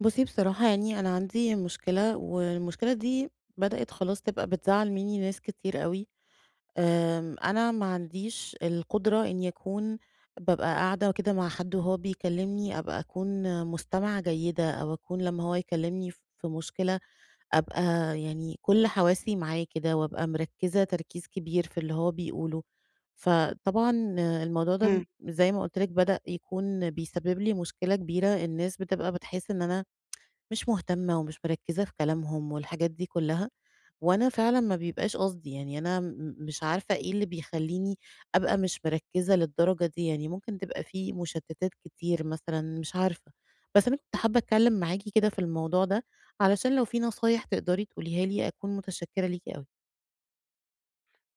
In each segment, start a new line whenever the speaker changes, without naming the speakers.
بُصّي، بصراحة يعني أنا عندي مشكلة، والمشكلة دي بدأت خلاص تبقى بتزعّل منّي ناس كتير أوي. أنا ما عنديش القدرة إنّي أكون بابقى قاعدة كده مع حد وهو بيكلّمني أبقى أكون مستمعة جيدة، أو أكون لمّا هو يكلّمني في مشكلة أبقى يعني كل حواسي معاه كده، وأبقى مركّزة تركيز كبير في اللي هو بيقوله. فطبعًا الموضوع ده م
إمم.
زي ما قُلت لِك بدأ يكون بيسبب لي مشكلة كبيرة، الناس بتبقى بتحس إن أنا مش مهتمة ومش مركزة في كلامهم والحاجات دي كلها، وأنا فعلًا ما بيبقاش قصدي، يعني أنا مش عارفة إيه اللي بيخلّيني أبقى مش مركزة للدرجة دي، يعني ممكن تبقى في مشتتات كتير مثلًا، مش عارفة. بس أنا كنت حابة أتكلم معاكِ كده في الموضوع ده، علشان لو في نصايح تقدري تقوليها لي أكون متشكرة ليكِ أوي.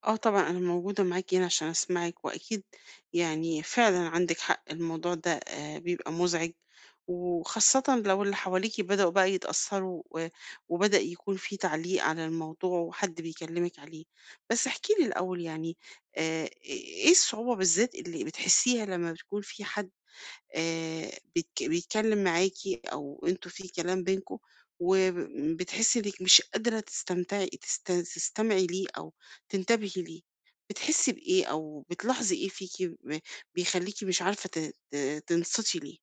آه طبعًا، أنا موجودة معاكِ هنا عشان أسمعِك، وأكيد يعني فعلًا عندِك حق، الموضوع ده بيبقى مُزعِج، وخاصةً لو اللي حواليكِ بدأوا بقى يتأثّروا و وبدأ يكون في تعليق على الموضوع وحد بيكلّمِك عليه. بس احكي لي الأول يعني إيه الصعوبة بالذات اللي بتحسّيها لمّا بتكون في حد بيتك بيتكلّم معاكِ أو أنتم في كلام بينكم وبتحسّي إنِّك مش قادرة تستمتعي تست تستمعي ليه أو تنتبهي ليه، بتحسّي بإيه أو بتلاحظي إيه فيكِ بيخلّيكِ مش عارفة ت ت تنصتي ليه؟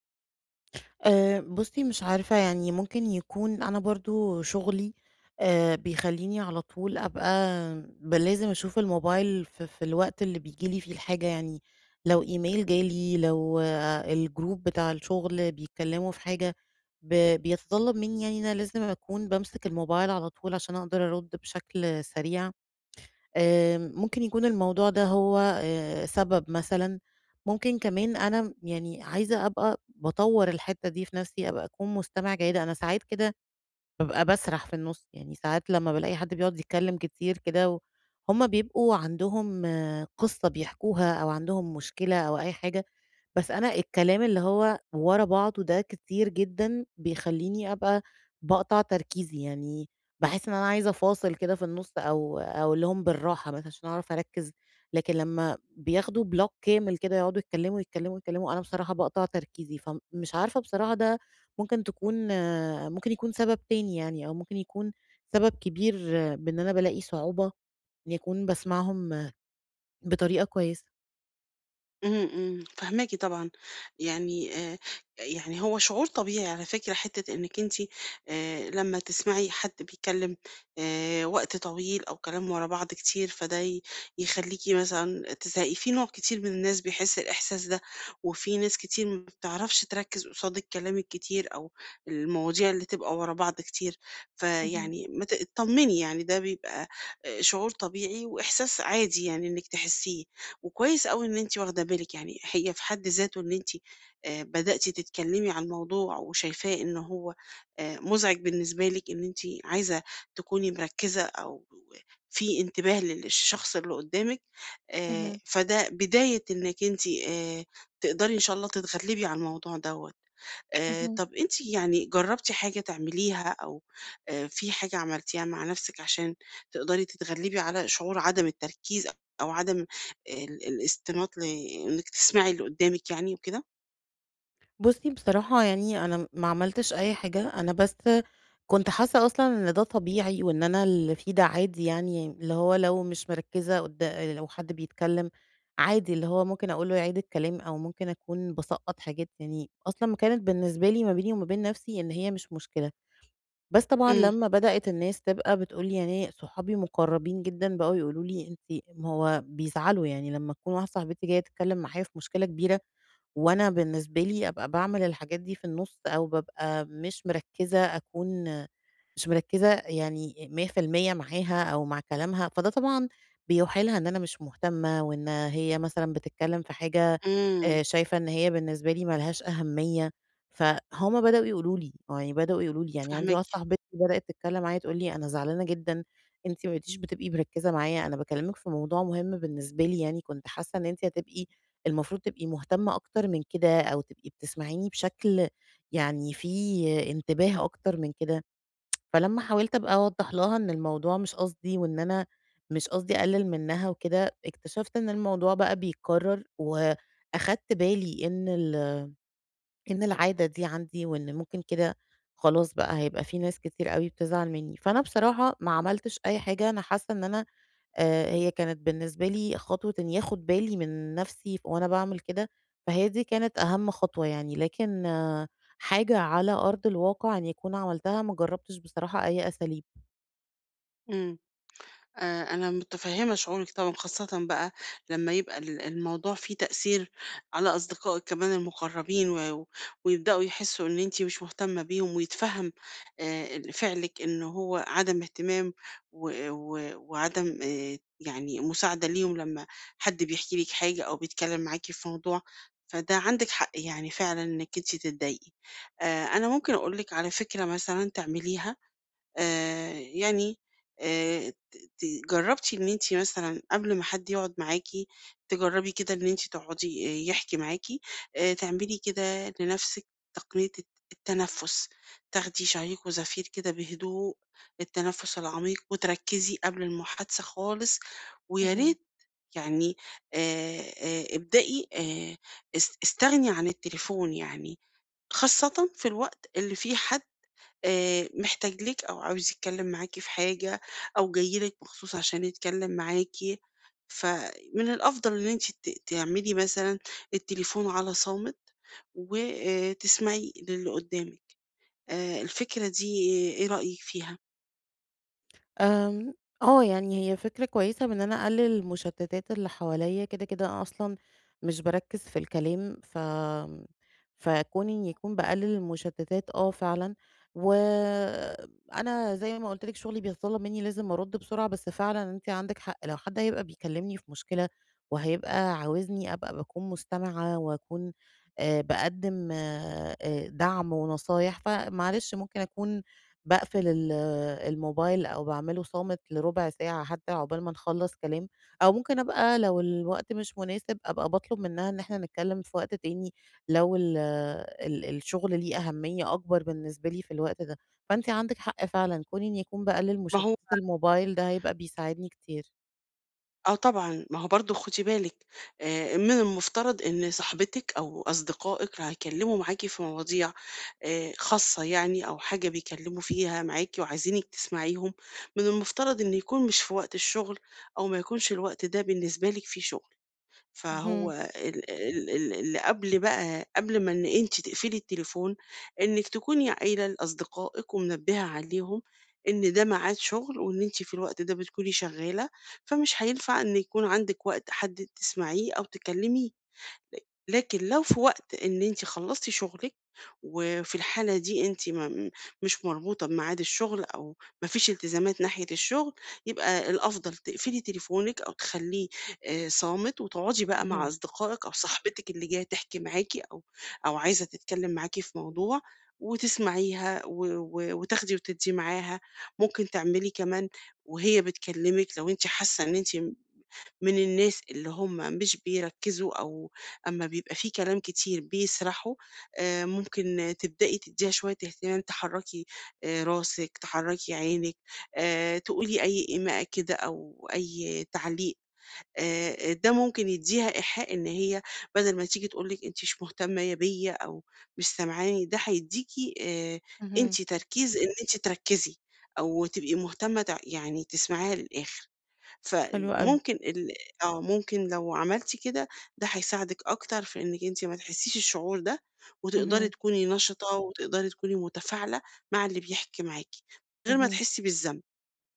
بُصّي، مش عارفة يعني ممكن يكون أنا برضه شغلي بيخلّيني على طول أبقى لازم أشوف الموبايل في الوقت اللي بييجي لي فيه الحاجة، يعني لو إيميل جالي، لو الgroup بتاع الشغل بيتكلّموا في حاجة، ب بيتطلّب منّي يعني أنا لازم أكون بامسك الموبايل على طول عشان أقدر أرُد بشكل سريع. ممكن يكون الموضوع ده هو سبب مثلًا، ممكن كمان أنا يعني عايزة أبقى باطوّر الحتّة دي في نَفْسي، أبقى أكون مستمعة جيدة، أنا ساعات كده بابقى باسرح في النُص، يعني ساعات لمّا بالاقي حد بيقعد يتكلّم كتير كده، و هُم بيبقوا عندهم قصّة بيحكوها أو عندهم مشكلة أو أي حاجة، بس أنا الكلام اللي هو ورا بعضه ده كتير جدًا بيخلّيني أبقى باقطع تركيزي، يعني باحس إن أنا عايزة أفاصل كده في النُص أو أقول لهم بالراحة مثلًا عشان أعرف أركّز، لكن لمّا بياخدوا بلوك كامل كده يقعدوا يتكلموا، يتكلموا، يتكلموا، أنا بصراحة باقطع تركيزي، فمش عارفة بصراحة ده ممكن تكون آه، ممكن يكون سبب تاني يعني، أو ممكن يكون سبب كبير، بإن أنا بالاقي صعوبة إني أكون باسمعهم بطريقة كويسة.
إمم، إمم، فاهماكِ طبعًا، يعني يعني هو شعور طبيعي على فكرة حتّة إنِّك أنتِ لمّا تسمعي حد بيتكلم وقت طويل أو كلام ورا بعض كتير، فده يخلّيكِ مثلًا تزهقي، في نوع كتير من الناس بيحس الإحساس ده، وفي ناس كتير ما بتعرفش تركّز قصاد الكلام الكتير أو المواضيع اللي تبقى ورا بعض كتير، فيعني ما ت اتطمني يعني ده بيبقى شعور طبيعي وإحساس عادي يعني إنِّك تحسّيه. وكويس أوي إن أنتِ واخدة بالِك، يعني هي في حد ذاته إن أنتِ بدأتِ تتكلمي عن الموضوع وشايفاه إن هو مُزعج بالنسبة لِك، إن أنتِ عايزة تكوني مركّزة أو في انتباه الشخص اللي قدّامِك، فده بداية إنِّك أنتِ تقدري إن شاء الله تتغلبي على الموضوع دوّة. طَب أنتِ يعني جرّبتِ حاجة تعمليها أو في حاجة عملتيها مع نَفْسِك عشان تقدري تتغلّبي على شعور عدم التركيز أو عدم الاستماط إنِّك تسمعي اللي قُدّامِك يعني وكده؟
بُصّي، بصراحة يعني أنا ما عملتش أي حاجة، أنا بس كنت حاسة أصلًا إن ده طبيعي وإن أنا اللي فيه ده عادي يعني، اللي هو لو مش مركّزة قدا لو حد بيتكلّم عادي، اللي هو ممكن أقول له يعيد الكلام أو ممكن أكون باسقّط حاجات يعني أصلًا ما كانت بالنسبة لي ما بيني وما بين نَفْسي إن هي مش مشكلة. بس طبعًا
إمم،
لمّا بدأت الناس تبقى بتقول لي يعني صحابي مُقرّبين جدًا بقوا يقولوا لي: "أنتِ"، ما هو بيزعلوا يعني لمّا تكون واحدة صاحبتي جاية تتكلّم معايا في مشكلة كبيرة وأنا بالنسبة لي أبقى باعمل الحاجات دي في النُص أو بابقى مش مركّزة، أكون مش مركزة يعني 100% معاها أو مع كلامها، فده طبعًا بيوحي لها إن أنا مش مهتمة، وإن هي مثلًا بتتكلم في حاجة
إمم،
شايفة إن هي بالنسبة لي ما لهاش أهمية. فهُم بدأوا يقولوا لي، يعني عندي
فاهماكِ،
واحدة صاحبتي بدأت تتكلم معايا تقول لي: "أنا زعلانة جدًا، أنتِ ما بقيتيش بتبقي مركزة معايا، أنا باكلمِك في موضوع مهم بالنسبة لي يعني، كنت حاسة إن أنتِ هتبقي المفروض تبقي مهتمة أكتر من كده، أو تبقي بتسمعيني بشكل يعني فيه انتباه أكتر من كده." فلمّا حاولت أبقى أوضّح لها إن الموضوع مش قصدي، وإن أنا مش قصدي أقلل منها وكده، اكتشفت إن الموضوع بقى بيتكرر، وأخدت بالي إن العادة دي عندي، وإن ممكن كده خلاص بقى هيبقى في ناس كتير أوي بتزعل مني. فأنا بصراحة ما عملتش أي حاجة، أنا حاسة إن أنا، هي كانت بالنسبة لي خطوة إني آخد بالي من نفسي وأنا باعمل كده، فهي دي كانت أهم خطوة يعني، لكن حاجة على أرض الواقع إني أكون عملتها، ما جربتش بصراحة أي أساليب.
إمم. أنا متفهمة شعورِك طبعًا، خاصةً بقى لما يبقى الموضوع فيه تأثير على أصدقائِك كمان المقربين، ويبدأوا يحسوا إن أنتِ مش مهتمة بيهم، ويتفهم ال فعلِك إن هو عدم اهتمام، و و وعدم يعني مساعدة ليهم لما حد بيحكي لِك حاجة أو بيتكلم معاكِ في موضوع، فده عندِك حق يعني فعلًا إنِك أنتِ تتضايقي. أنا ممكن أقول لِك على فكرة مثلًا تعمليها يعني ت ت جرّبتِ إن أنتِ مثلًا قبل ما حد يقعد معاكِ، تجرّبي كده إن أنتِ تقعدي يحكي معاكِ، تعملي كده لنَفْسِك تقنية التنفُّس، تاخدي شهيق وزفير كده بهدوء، التنفُّس العميق وتركّزي قبل المحادثة خالص، ويا
اهم.
ريت يعني ابدئي اس استغني عن التليفون، يعني خاصةً في الوقت اللي فيه حد محتاج لِك أو عاوز يتكلّم معاكِ في حاجة أو جاي لِك مخصوص عشان يتكلّم معاكِ، فمن الأفضل إن أنتِ تعملي مثلًا التليفون على صامت و تسمعي للي قدّامِك. الفكرة دي إيه رأيِك فيها؟
آمم، آه، يعني هي فكرة كويسة بإن أنا أقلل المشتتات اللي حواليّا، كده أنا أصلًا مش باركّز في الكلام، فكوني إني أكون باقلل المشتتات فعلًا، وأنا زي ما قُلت لِك شغلي بيتطلب مني لازم أرُدّ بسرعة، بس فعلًا أنتِ عندِك حق، لو حد هيبقى بيكلمني في مشكلة وهيبقى عاوزني أبقى باكون مستمعة وأكون باقدّم دعم ونصايح، فمعلش ممكن أكون باقفل الموبايل أو باعمله صامت لربع ساعة حتى عقبال ما نخلّص كلام، أو ممكن أبقى لو الوقت مش مناسب أبقى باطلب منها إن إحنا نتكلم في وقت تاني لو ال ال الشغل ليه أهمية أكبر بالنسبة لي في الوقت ده، فأنتِ عندِك حق فعلًا، كوني إني أكون باقلل
ما
مشتتات
هو
الموبايل ده هيبقى بيساعدني كتير.
آه طبعًا، ما هو برضه خدي بالِك من المفترض إن صاحبتِك أو أصدقائِك هيكلموا معاكِ في مواضيع خاصة يعني أو حاجة بيكلموا فيها معاكِ وعايزينِك تسمعيهم، من المفترض إن يكون مش في وقت الشغل أو ما يكونش الوقت ده بالنسبة لِك فيه شغل. فهو
اهم،
ال ال ال اللي قبل بقى قبل ما إن أنتِ تقفلي التليفون، إنِّك تكوني قايلة لأصدقائِك ومنبهة عليهم إن ده ميعاد شغل وإن أنتِ في الوقت ده بتكوني شغالة، فمش هينفع إن يكون عندِك وقت حد تسمعيه أو تكلميه. لكن لو في وقت إن أنتِ خلّصتِ شغلِك، وفي الحالة دي أنتِ م مش مربوطة بميعاد الشغل أو ما فيش التزامات ناحية الشغل، يبقى الأفضل تقفلي تليفونِك أو تخلّيه صامت، وتقعدي بقى مع
اهم،
أصدقائِك أو صاحبتِك اللي جاية تحكي معاكِ أو عايزة تتكلم معاكِ في موضوع، وتسمعيها و و وتاخدي وتدّي معاها. ممكن تعملي كمان وهي بتكلمِك لو أنتِ حاسة إن أنتِ من الناس اللي هم مش بيركزوا أو أما بيبقى في كلام كتير بيسرحوا، ممكن تبدئي تديها شوية اهتمام، تحركي راسِك، تحركي عينِك، تقولي أي إيماء كده أو أي تعليق. ده ممكن يديها إيحاء إن هي بدل ما تيجي تقول لِك أنتِ مش مهتمة بيّا أو مش سامعاني، ده هيديكِ آآ،
اهم،
أنتِ تركيز إن أنتِ تركزي أو تبقي مهتمة يعني تسمعيها للآخر.
حلو أوي،
فممكن ال آه، ممكن لو عملتِ كده، ده هيساعدِك أكتر في إنِّك أنتِ ما تحسّيش الشعور ده، وتقدري
اهم،
تكوني نشطة وتقدري تكوني متفاعلة مع اللي بيحكي معاكِ، من غير ما
اهم.
تحسّي بالذنب.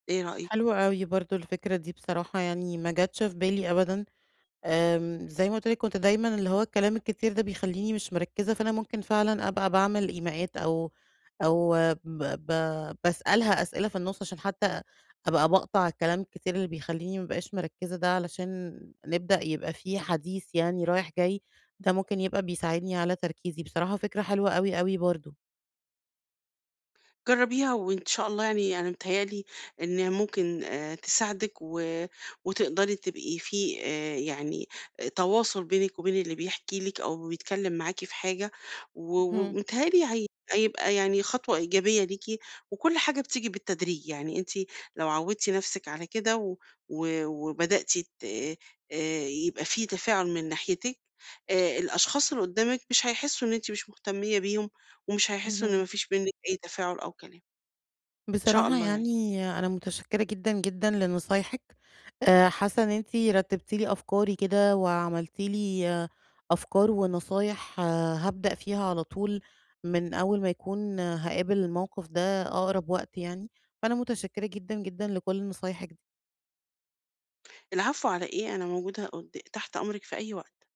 إيه رأيِك؟
حلو أوي برضه الفكرة دي، بصراحة يعني ما جاتش في بالي أبدًا. زي ما قُلت لِك كنت دايمًا اللي هو الكلام الكتير ده بيخلّيني مش مركّزة، فأنا ممكن فعلًا أبقى باعمل إيماءات، أو ب ب باسألها أسئلة في النُص عشان حتى أبقى باقطع الكلام الكتير اللي بيخلّيني ما ابقاش مركّزة ده، علشان نبدأ يبقى في حديث يعني رايح جاي، ده ممكن يبقى بيساعدني على تركيزي، بصراحة فكرة حلوة أوي، أوي برضه.
جربيها وإن شاء الله يعني أنا متهيأ لي إنها ممكن تساعدِك وتقدري تبقي في يعني آه، تواصل بينِك وبين اللي بيحكي لِك أو بيتكلم معاكِ في حاجة،
اهم،
ومتهيأ لي هيبقى يعني خطوة إيجابية ليكِ، وكل حاجة بتيجي بالتدريج. يعني أنتِ لو عودتِ نفسِك على كده و و وبدأتِ ت يبقى في تفاعل من ناحيتِك، الأشخاص اللي قدامِك مش هيحسوا إن أنتِ مش مهتمية بيهم، ومش هيحسّوا إن
اهم.
ما فيش بينِك أي تفاعل أو كلام، إن شاء
بصراحة
الله يعني.
يعني أنا متشكرة جدًا، جدًا لنصايحِك، حاسة إن أنتِ رتّبتِ لي أفكاري كده وعملتِ لي، أفكار ونصايح، هابدأ فيها على طول من أول ما يكون هاقابل الموقف ده أقرب وقت يعني، فأنا متشكرة جدًا، جدًا لكل نصايحِك.
العفو على إيه، أنا موجودة قد تحت أمرِك في أي وقت.